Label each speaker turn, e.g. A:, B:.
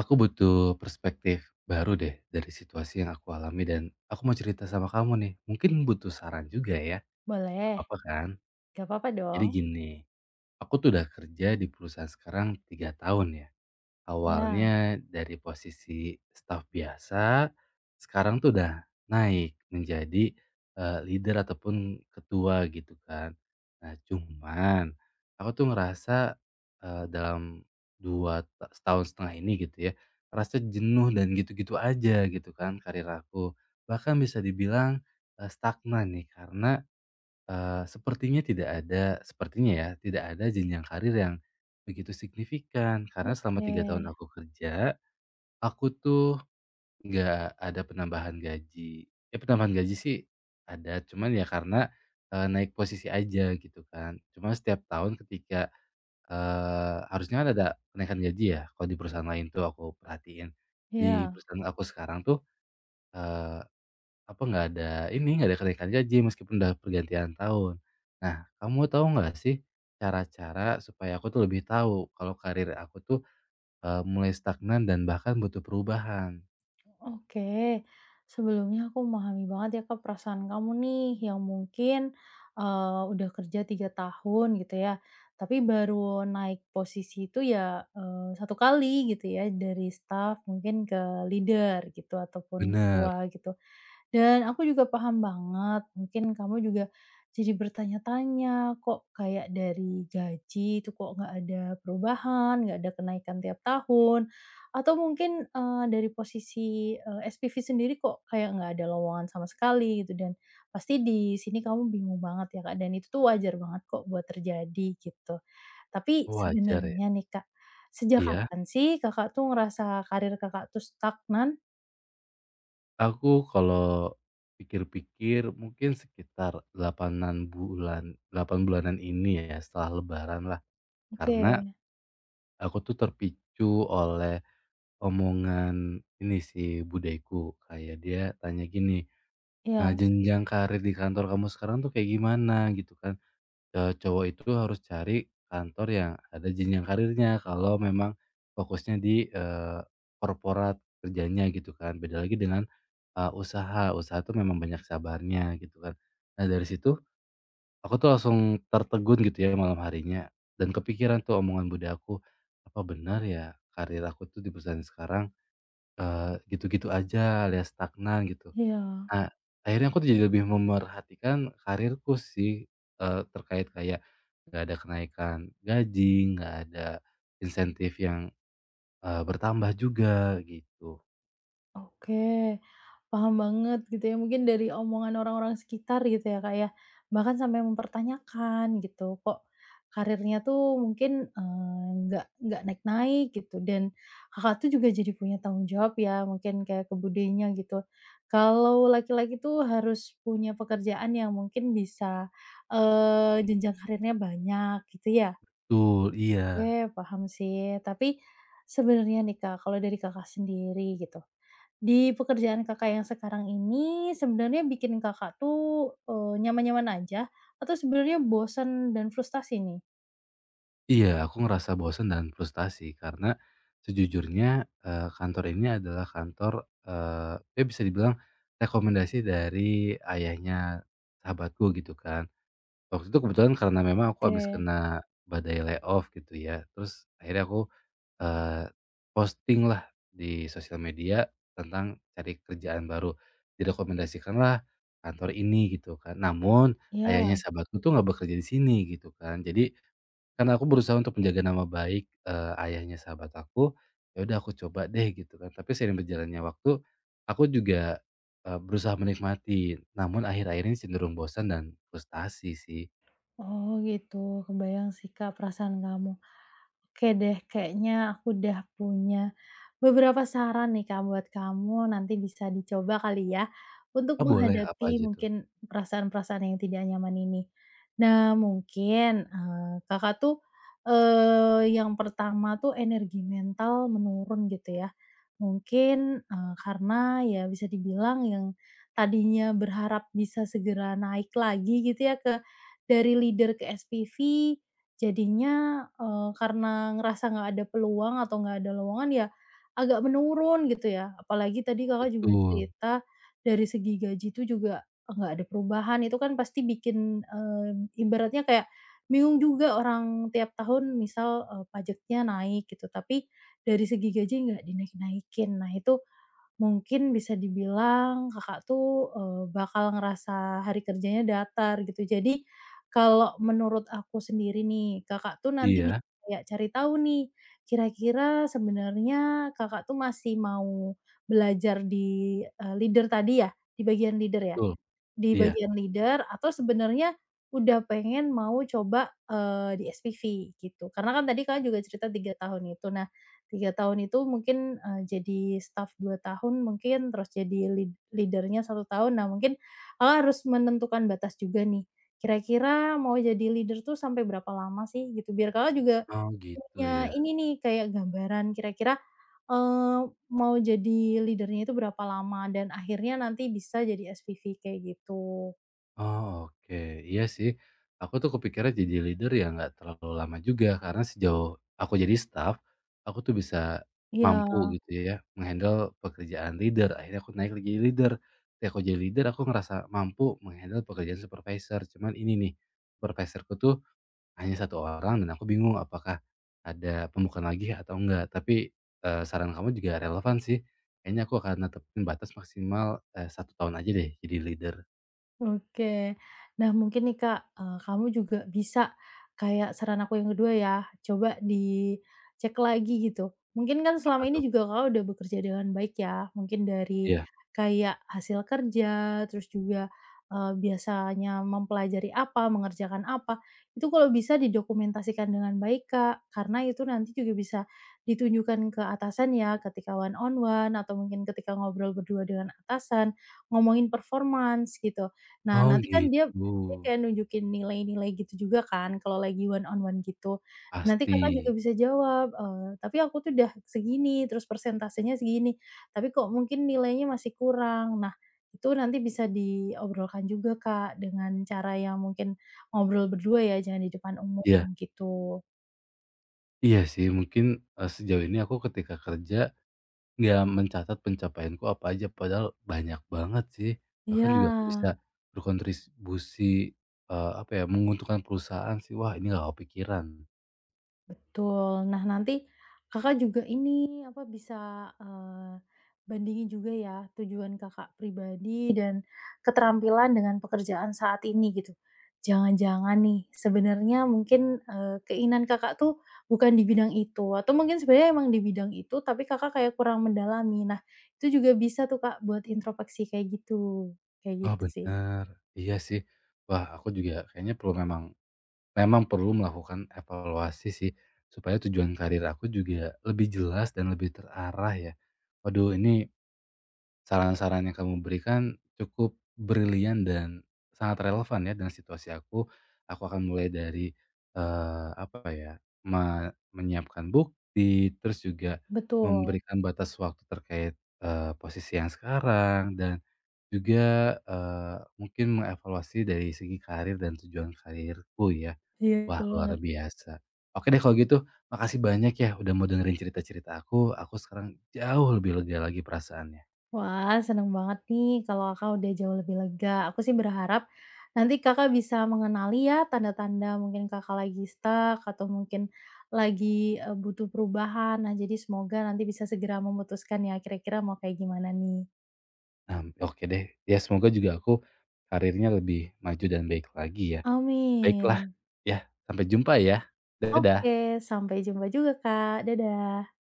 A: Aku butuh perspektif baru deh dari situasi yang aku alami dan aku mau cerita sama kamu nih. Mungkin butuh saran juga ya,
B: Boleh,
A: apa-apa kan?
B: gak apa apa dong?
A: Jadi gini, aku tuh udah kerja di perusahaan sekarang 3 tahun ya.
B: Ya,
A: Awalnya dari posisi staff biasa, sekarang tuh udah naik menjadi, leader ataupun ketua gitu kan. Nah cuman, aku tuh ngerasa, dalam 2 ta setahun setengah ini gitu ya, ngerasa jenuh dan gitu-gitu aja gitu kan karir aku. Bahkan bisa dibilang, stagnan nih karena sepertinya tidak ada sepertinya ya, tidak ada jenjang karir yang begitu signifikan. Karena selama
B: oke.
A: 3 tahun aku kerja, aku tuh nggak ada penambahan gaji. Ya penambahan gaji sih ada, cuman ya karena, naik posisi aja gitu kan. Cuma setiap tahun ketika, harusnya kan ada kenaikan gaji ya, kalau di perusahaan lain tuh aku perhatiin. Di
B: ya
A: perusahaan aku sekarang tuh, eh, apa nggak ada ini, nggak ada kenaikan gaji meskipun udah pergantian tahun. Nah, kamu tahu nggak sih cara-cara supaya aku tuh lebih tahu kalau karir aku tuh, mulai stagnan dan bahkan butuh perubahan?
B: oke. Sebelumnya aku memahami banget ya Kak perasaan kamu nih yang mungkin, udah kerja 3 tahun gitu ya, tapi baru naik posisi itu ya, 1 kali gitu ya dari staff mungkin ke leader gitu ataupun
A: Bener.
B: ketua gitu. Dan aku juga paham banget, mungkin kamu juga jadi bertanya-tanya, kok kayak dari gaji itu kok nggak ada perubahan, nggak ada kenaikan tiap tahun, atau mungkin, dari posisi, SPV sendiri kok kayak nggak ada lowongan sama sekali gitu dan pasti di sini kamu bingung banget ya, Kak, dan itu tuh wajar banget kok buat terjadi gitu. Tapi
A: Oh, wajar ya?
B: sebenarnya nih, Kak, sejak
A: Iya,
B: kapan sih Kakak tuh ngerasa karir Kakak tuh stagnan?
A: aku kalau pikir-pikir mungkin sekitar 8 bulanan ini ya setelah lebaran lah. Karena
B: Oke,
A: aku tuh terpicu oleh omongan ini sih buddeku, kayak dia tanya gini. Nah,
B: iya
A: jenjang karir di kantor kamu sekarang tuh kayak gimana gitu kan? Cowok itu harus cari kantor yang ada jenjang karirnya kalau memang fokusnya di, korporat kerjanya gitu kan. Beda lagi dengan, usaha, usaha tuh memang banyak sabarnya gitu kan. Nah, dari situ aku tuh langsung tertegun gitu ya malam harinya dan kepikiran tuh omongan bude aku, "Apa benar ya karir aku tuh di perusahaan sekarang, gitu-gitu aja alias stagnan?" Gitu.
B: iya.
A: Nah, akhirnya aku jadi lebih memerhatikan karirku sih, terkait kayak nggak ada kenaikan gaji, nggak ada insentif yang, bertambah juga gitu.
B: Oke, paham banget gitu ya, mungkin dari omongan orang-orang sekitar gitu ya, Kak, ya. Bahkan sampai mempertanyakan gitu, kok karirnya tuh mungkin, eee, nggak naik-naik gitu dan Kakak tuh juga jadi punya tanggung jawab ya, mungkin kayak ke budenya gitu. Kalau laki-laki tuh harus punya pekerjaan yang mungkin bisa, jenjang karirnya banyak gitu ya.
A: Betul, iya.
B: Oke, paham sih. Tapi sebenarnya nih Kak, kalau dari Kakak sendiri gitu, di pekerjaan Kakak yang sekarang ini sebenarnya bikin Kakak tuh, nyaman-nyaman aja atau sebenarnya bosan dan frustasi nih?
A: Iya, aku ngerasa bosan dan frustasi karena sejujurnya, kantor ini adalah kantor, ya bisa dibilang rekomendasi dari ayahnya sahabatku gitu kan. Waktu itu kebetulan karena memang aku habis
B: Oke,
A: kena badai layoff gitu ya, terus akhirnya aku eh, Posting lah di sosial media tentang cari kerjaan baru, direkomendasikanlah kantor ini gitu kan. Namun ayahnya
B: ya.
A: sahabatku tuh nggak bekerja di sini gitu kan. Jadi karena aku berusaha untuk menjaga nama baik, ayahnya sahabat aku, ya udah aku coba deh gitu kan. Tapi seiring berjalannya waktu, aku juga, berusaha menikmati, namun akhir-akhir ini cenderung bosan dan frustasi sih.
B: Oh gitu, kebayang sih Kak perasaan kamu. Oke deh, kayaknya aku udah punya beberapa saran nih Kak buat kamu, nanti bisa dicoba kali ya untuk
A: Oh boleh, apa
B: menghadapi
A: aja tuh?
B: mungkin perasaan-perasaan yang tidak nyaman ini. Nah mungkin, Kakak tuh, yang pertama tuh energi mental menurun gitu ya. Mungkin, karena ya bisa dibilang yang tadinya berharap bisa segera naik lagi gitu ya ke dari leader ke SPV jadinya, karena ngerasa nggak ada peluang atau nggak ada lowongan ya agak menurun gitu ya. Apalagi tadi Kakak juga
A: Betul.
B: cerita dari segi gaji itu juga nggak ada perubahan, itu kan pasti bikin, ibaratnya kayak bingung juga orang tiap tahun misal, pajaknya naik gitu, tapi dari segi gaji nggak dinaik-naikin. Nah itu mungkin bisa dibilang Kakak tuh, bakal ngerasa hari kerjanya datar gitu. Jadi, kalau menurut aku sendiri nih, Kakak tuh nanti bisa
A: Iya,
B: kayak cari tahu nih, kira-kira sebenarnya Kakak tuh masih mau belajar di, leader tadi ya? Di bagian leader ya?
A: betul.
B: Di
A: Iya.
B: bagian leader atau sebenarnya udah pengen mau coba, di SPV gitu. Karena kan tadi Kakak juga cerita 3 tahun itu. Nah 3 tahun itu mungkin, jadi staf 2 tahun mungkin, terus jadi lead leader-nya 1 tahun. Nah mungkin Kakak harus menentukan batas juga nih, kira-kira mau jadi leader tuh sampai berapa lama sih gitu? Biar Kakak juga
A: Oh gitu
B: punya
A: ya.
B: ini nih, kayak gambaran kira-kira, mau jadi leadernya itu berapa lama dan akhirnya nanti bisa jadi SPV kayak gitu.
A: Oh, oke. Iya sih, aku tuh kepikiran jadi leader ya nggak terlalu lama juga, karena sejauh aku jadi staff, aku tuh bisa
B: Iya.
A: mampu gitu ya, menghandle pekerjaan leader, akhirnya aku naik lagi jadi leader. Ketika aku jadi leader, aku ngerasa mampu menghandle pekerjaan supervisor, cuman ini nih, supervisorku tuh hanya satu orang dan aku bingung apakah ada pembukaan lagi atau enggak. Tapi saran kamu juga relevan sih, kayaknya aku akan netepin batas maksimal 1 tahun aja deh jadi leader.
B: Oke. Nah, mungkin nih, Kak, kamu juga bisa kayak saran aku yang kedua ya, coba dicek lagi gitu. Mungkin kan
A: Apa
B: selama ini
A: tuh?
B: juga Kakak udah bekerja dengan baik ya, mungkin dari
A: Iya.
B: kayak hasil kerja, terus juga, biasanya mempelajari apa, mengerjakan apa, itu kalau bisa didokumentasikan dengan baik, Kak. Karena itu nanti juga bisa ditunjukkan ke atasan ya, ketika one on one atau mungkin ketika ngobrol berdua dengan atasan, ngomongin performance gitu. Nah,
A: Oh
B: nanti kan dia dia
A: gitu,
B: kayak nunjukin nilai-nilai gitu juga kan kalau lagi one on one gitu. Nanti Kakak
A: pasti.
B: juga bisa jawab, "Tapi aku tuh udah segini, terus persentasenya segini, tapi kok mungkin nilainya masih kurang." Nah, itu nanti bisa diobrolkan juga, Kak, dengan cara yang mungkin ngobrol berdua ya, jangan di depan umum
A: Iya,
B: gitu.
A: iya sih mungkin, sejauh ini aku ketika kerja nggak mencatat pencapaianku apa aja padahal banyak banget sih, bahkan
B: Iya.
A: juga aku bisa berkontribusi, apa ya, menguntungkan perusahaan sih, wah ini nggak kepikiran.
B: Betul. Nah, nanti Kakak juga ini, apa, bisa, eee, bandingin juga ya tujuan Kakak pribadi dan keterampilan dengan pekerjaan saat ini gitu. Jangan-jangan nih sebenarnya mungkin, keinginan Kakak tuh bukan di bidang itu atau mungkin sebenarnya emang di bidang itu tapi Kakak kayak kurang mendalami. Nah, itu juga bisa tuh Kak buat introspeksi kayak
A: Oh
B: gitu sih.
A: benar, iya sih. Wah aku juga kayaknya perlu memang memang perlu melakukan evaluasi sih, supaya tujuan karir aku juga lebih jelas dan lebih terarah ya. Waduh, ini saran-saran yang kamu berikan cukup brilian dan sangat relevan ya dengan situasi aku. Aku akan mulai dari, apa ya, menyiapkan bukti, terus juga
B: Betul.
A: memberikan batas waktu terkait, posisi yang sekarang dan juga, mungkin mengevaluasi dari segi karir dan tujuan karirku ya.
B: Iya,
A: Wah,
B: betul
A: luar
B: banget.
A: biasa. Oke deh kalau gitu, makasih banyak ya udah mau dengerin cerita-cerita aku. Aku sekarang jauh lebih lega lagi perasaannya.
B: Wah, seneng banget nih kalau Kakak udah jauh lebih lega. Aku sih berharap nanti Kakak bisa mengenali ya tanda-tanda mungkin Kakak lagi stuck atau mungkin lagi butuh perubahan. Nah, jadi semoga nanti bisa segera memutuskan ya kira-kira mau kayak gimana nih.
A: Nah, oke deh. Ya semoga juga aku karirnya lebih maju dan baik lagi ya. Baiklah,
B: Amin.
A: ya sampai jumpa ya.
B: Oke,
A: Dadah.
B: sampai jumpa juga Kak. Dadah.